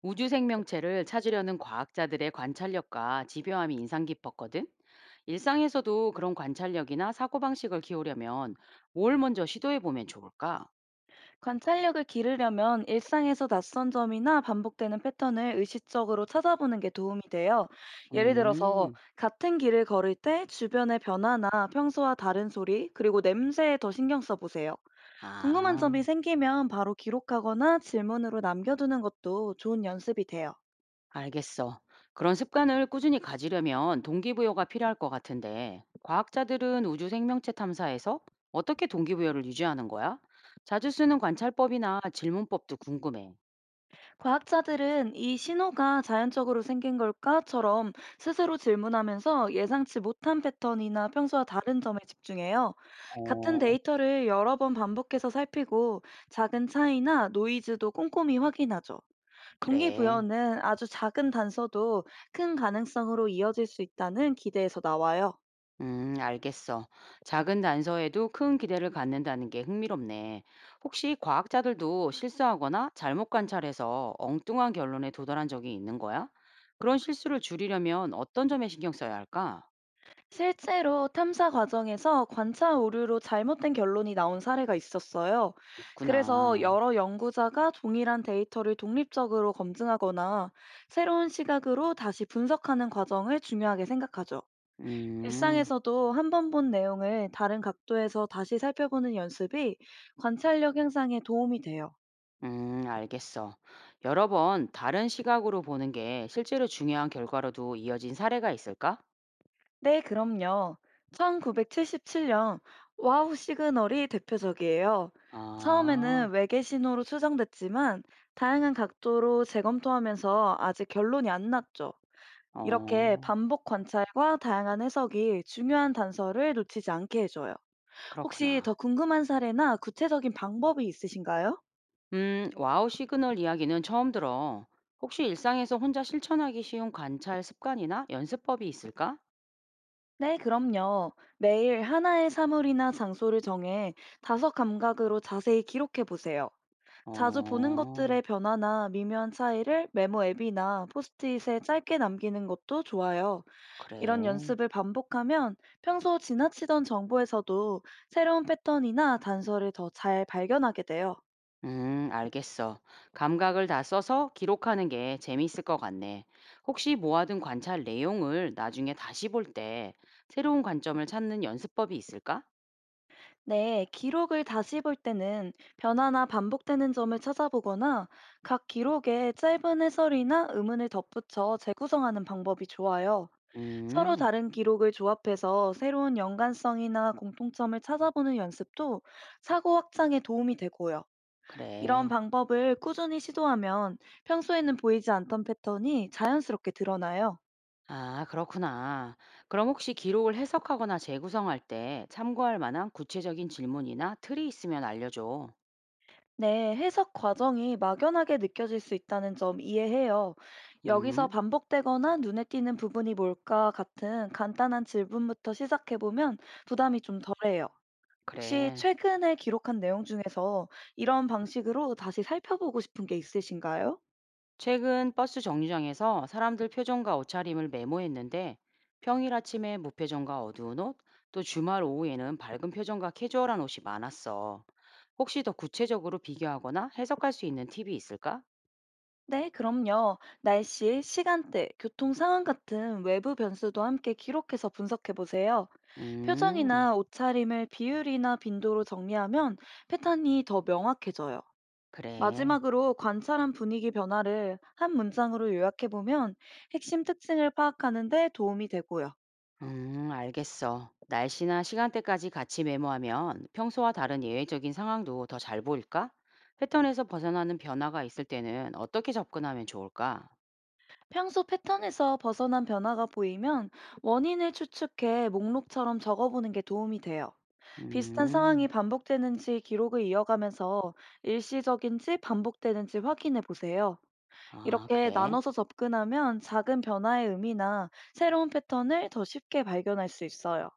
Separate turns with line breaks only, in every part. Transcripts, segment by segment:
우주 생명체를 찾으려는 과학자들의 관찰력과 집요함이 인상 깊었거든. 일상에서도 그런 관찰력이나 사고방식을 키우려면 뭘 먼저 시도해 보면 좋을까?
관찰력을 기르려면 일상에서 낯선 점이나 반복되는 패턴을 의식적으로 찾아보는 게 도움이 돼요. 예를 들어서
음,
같은 길을 걸을 때 주변의 변화나 평소와 다른 소리, 그리고 냄새에 더 신경 써보세요. 궁금한
아,
점이 생기면 바로 기록하거나 질문으로 남겨두는 것도 좋은 연습이 돼요.
알겠어. 그런 습관을 꾸준히 가지려면 동기부여가 필요할 것 같은데, 과학자들은 우주 생명체 탐사에서 어떻게 동기부여를 유지하는 거야? 자주 쓰는 관찰법이나 질문법도 궁금해.
과학자들은 이 신호가 자연적으로 생긴 걸까?처럼 스스로 질문하면서 예상치 못한 패턴이나 평소와 다른 점에 집중해요. 같은
어,
데이터를 여러 번 반복해서 살피고 작은 차이나 노이즈도 꼼꼼히 확인하죠.
그래.
동기부여는 아주 작은 단서도 큰 가능성으로 이어질 수 있다는 기대에서 나와요.
알겠어. 작은 단서에도 큰 기대를 갖는다는 게 흥미롭네. 혹시 과학자들도 실수하거나 잘못 관찰해서 엉뚱한 결론에 도달한 적이 있는 거야? 그런 실수를 줄이려면 어떤 점에 신경 써야 할까?
실제로 탐사 과정에서 관찰 오류로 잘못된 결론이 나온 사례가 있었어요. 그래서
있구나.
여러 연구자가 동일한 데이터를 독립적으로 검증하거나 새로운 시각으로 다시 분석하는 과정을 중요하게 생각하죠.
음,
일상에서도 한번 본 내용을 다른 각도에서 다시 살펴보는 연습이 관찰력 향상에 도움이 돼요.
알겠어. 여러 번 다른 시각으로 보는 게 실제로 중요한 결과로도 이어진 사례가 있을까?
네, 그럼요. 1977년 와우 시그널이 대표적이에요.
아,
처음에는 외계 신호로 추정됐지만 다양한 각도로 재검토하면서 아직 결론이 안 났죠. 이렇게
어,
반복 관찰과 다양한 해석이 중요한 단서를 놓치지 않게 해줘요. 혹시
그렇구나.
더 궁금한 사례나 구체적인 방법이 있으신가요?
와우 시그널 이야기는 처음 들어. 혹시 일상에서 혼자 실천하기 쉬운 관찰 습관이나 연습법이 있을까?
네, 그럼요. 매일 하나의 사물이나 장소를 정해 다섯 감각으로 자세히 기록해 보세요. 자주 보는
어,
것들의 변화나 미묘한 차이를 메모 앱이나 포스트잇에 짧게 남기는 것도 좋아요. 이런
그래.
연습을 반복하면 평소 지나치던 정보에서도 새로운 패턴이나 단서를 더 잘 발견하게 돼요.
알겠어. 감각을 다 써서 기록하는 게 재미있을 것 같네. 혹시 모아둔 관찰 내용을 나중에 다시 볼 때 새로운 관점을 찾는 연습법이 있을까?
네, 기록을 다시 볼 때는 변화나 반복되는 점을 찾아보거나 각 기록에 짧은 해설이나 의문을 덧붙여 재구성하는 방법이 좋아요. 서로
음,
다른 기록을 조합해서 새로운 연관성이나 공통점을 찾아보는 연습도 사고 확장에 도움이 되고요. 이런
그래.
방법을 꾸준히 시도하면 평소에는 보이지 않던 패턴이 자연스럽게 드러나요.
아, 그렇구나. 그럼 혹시 기록을 해석하거나 재구성할 때 참고할 만한 구체적인 질문이나 틀이 있으면 알려줘.
네, 해석 과정이 막연하게 느껴질 수 있다는 점 이해해요. 여기서
음,
반복되거나 눈에 띄는 부분이 뭘까 같은 간단한 질문부터 시작해보면 부담이 좀 덜해요. 혹시
그래.
최근에 기록한 내용 중에서 이런 방식으로 다시 살펴보고 싶은 게 있으신가요?
최근 버스 정류장에서 사람들 표정과 옷차림을 메모했는데 평일 아침에 무표정과 어두운 옷, 또 주말 오후에는 밝은 표정과 캐주얼한 옷이 많았어. 혹시 더 구체적으로 비교하거나 해석할 수 있는 팁이 있을까?
네, 그럼요. 날씨, 시간대, 교통 상황 같은 외부 변수도 함께 기록해서 분석해보세요.
음,
표정이나 옷차림을 비율이나 빈도로 정리하면 패턴이 더 명확해져요.
그래.
마지막으로 관찰한 분위기 변화를 한 문장으로 요약해보면 핵심 특징을 파악하는 데 도움이 되고요.
알겠어. 날씨나 시간대까지 같이 메모하면 평소와 다른 예외적인 상황도 더 잘 보일까? 패턴에서 벗어나는 변화가 있을 때는 어떻게 접근하면 좋을까?
평소 패턴에서 벗어난 변화가 보이면 원인을 추측해 목록처럼 적어보는 게 도움이 돼요. 비슷한
음,
상황이 반복되는지 기록을 이어가면서 일시적인지 반복되는지 확인해 보세요.
아,
이렇게
그래.
나눠서 접근하면 작은 변화의 의미나 새로운 패턴을 더 쉽게 발견할 수 있어요.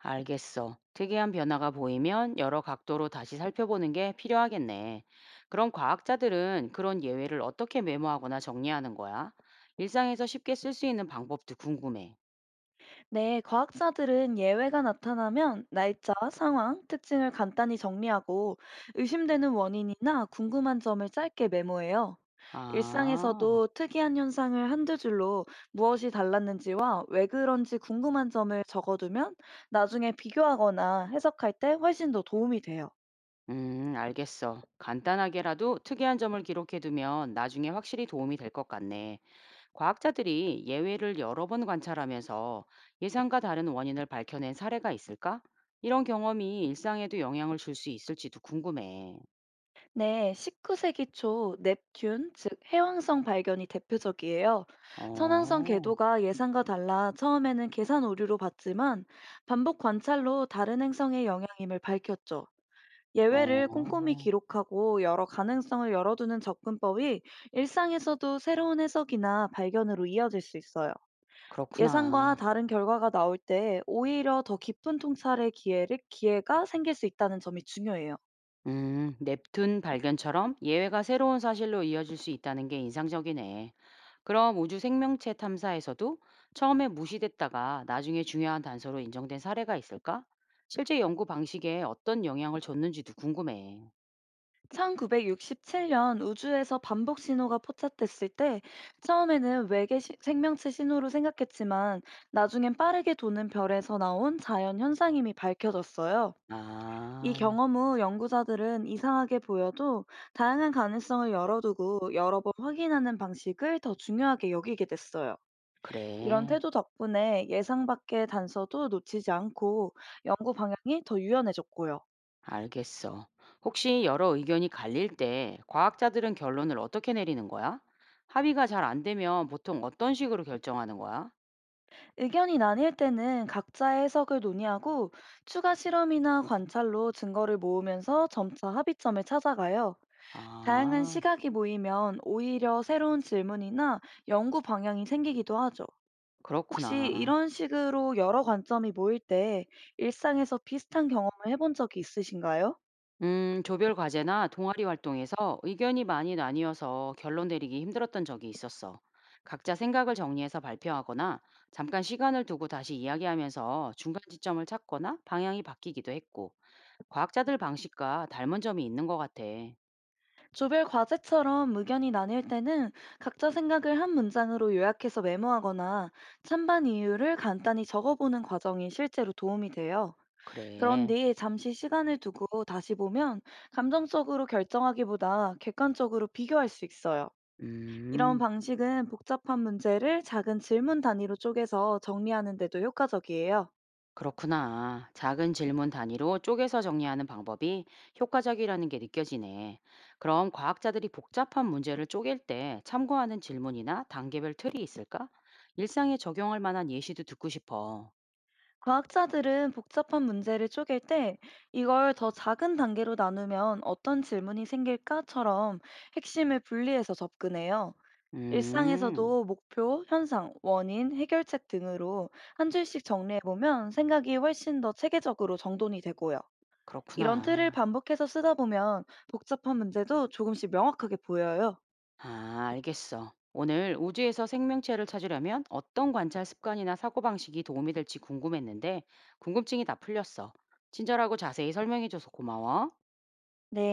알겠어. 특이한 변화가 보이면 여러 각도로 다시 살펴보는 게 필요하겠네. 그럼 과학자들은 그런 예외를 어떻게 메모하거나 정리하는 거야? 일상에서 쉽게 쓸 수 있는 방법도 궁금해.
네, 과학자들은 예외가 나타나면 날짜, 상황, 특징을 간단히 정리하고 의심되는 원인이나 궁금한 점을 짧게 메모해요.
아.
일상에서도 특이한 현상을 한두 줄로 무엇이 달랐는지와 왜 그런지 궁금한 점을 적어두면 나중에 비교하거나 해석할 때 훨씬 더 도움이 돼요.
알겠어. 간단하게라도 특이한 점을 기록해두면 나중에 확실히 도움이 될 것 같네. 과학자들이 예외를 여러 번 관찰하면서 예상과 다른 원인을 밝혀낸 사례가 있을까? 이런 경험이 일상에도 영향을 줄 수 있을지도 궁금해.
네, 19세기 초 넵튠, 즉 해왕성 발견이 대표적이에요. 천왕성
어,
궤도가 예상과 달라 처음에는 계산 오류로 봤지만 반복 관찰로 다른 행성의 영향임을 밝혔죠. 예외를 꼼꼼히
어,
기록하고 여러 가능성을 열어두는 접근법이 일상에서도 새로운 해석이나 발견으로 이어질 수 있어요. 예상과
그렇구나.
다른 결과가 나올 때 오히려 더 깊은 통찰의 기회를, 기회가 생길 수 있다는 점이 중요해요.
넵튠 발견처럼 예외가 새로운 사실로 이어질 수 있다는 게 인상적이네. 그럼 우주 생명체 탐사에서도 처음에 무시됐다가 나중에 중요한 단서로 인정된 사례가 있을까? 실제 연구 방식에 어떤 영향을 줬는지도 궁금해.
1967년 우주에서 반복 신호가 포착됐을 때 처음에는 생명체 신호로 생각했지만 나중엔 빠르게 도는 별에서 나온 자연 현상임이 밝혀졌어요. 이
아,
경험 후 연구자들은 이상하게 보여도 다양한 가능성을 열어두고 여러 번 확인하는 방식을 더 중요하게 여기게 됐어요. 이런
그래.
태도 덕분에 예상 밖의 단서도 놓치지 않고 연구 방향이 더 유연해졌고요.
알겠어. 혹시 여러 의견이 갈릴 때 과학자들은 결론을 어떻게 내리는 거야? 합의가 잘 안 되면 보통 어떤 식으로 결정하는 거야?
의견이 나뉠 때는 각자의 해석을 논의하고 추가 실험이나 관찰로 증거를 모으면서 점차 합의점을 찾아가요. 다양한
아,
시각이 모이면 오히려 새로운 질문이나 연구 방향이 생기기도 하죠. 혹시
그렇구나.
이런 식으로 여러 관점이 모일 때 일상에서 비슷한 경험을 해본 적이 있으신가요?
조별 과제나 동아리 활동에서 의견이 많이 나뉘어서 결론 내리기 힘들었던 적이 있었어. 각자 생각을 정리해서 발표하거나 잠깐 시간을 두고 다시 이야기하면서 중간 지점을 찾거나 방향이 바뀌기도 했고, 과학자들 방식과 닮은 점이 있는 것 같아.
조별 과제처럼 의견이 나뉠 때는 각자 생각을 한 문장으로 요약해서 메모하거나 찬반 이유를 간단히 적어보는 과정이 실제로 도움이 돼요. 그런
그래.
뒤 잠시 시간을 두고 다시 보면 감정적으로 결정하기보다 객관적으로 비교할 수 있어요. 이런
음.
방식은 복잡한 문제를 작은 질문 단위로 쪼개서 정리하는 데도 효과적이에요.
그렇구나. 작은 질문 단위로 쪼개서 정리하는 방법이 효과적이라는 게 느껴지네. 그럼 과학자들이 복잡한 문제를 쪼갤 때 참고하는 질문이나 단계별 틀이 있을까? 일상에 적용할 만한 예시도 듣고 싶어.
과학자들은 복잡한 문제를 쪼갤 때 이걸 더 작은 단계로 나누면 어떤 질문이 생길까처럼 핵심을 분리해서 접근해요.
음,
일상에서도 목표, 현상, 원인, 해결책 등으로 한 줄씩 정리해보면 생각이 훨씬 더 체계적으로 정돈이 되고요. 이런 틀을
그렇구나.
반복해서 쓰다 보면 복잡한 문제도 조금씩 명확하게 보여요.
아, 알겠어. 오늘 우주에서 생명체를 찾으려면 어떤 관찰 습관이나 사고방식이 도움이 될지 궁금했는데 궁금증이 다 풀렸어. 친절하고 자세히 설명해줘서 고마워.
네.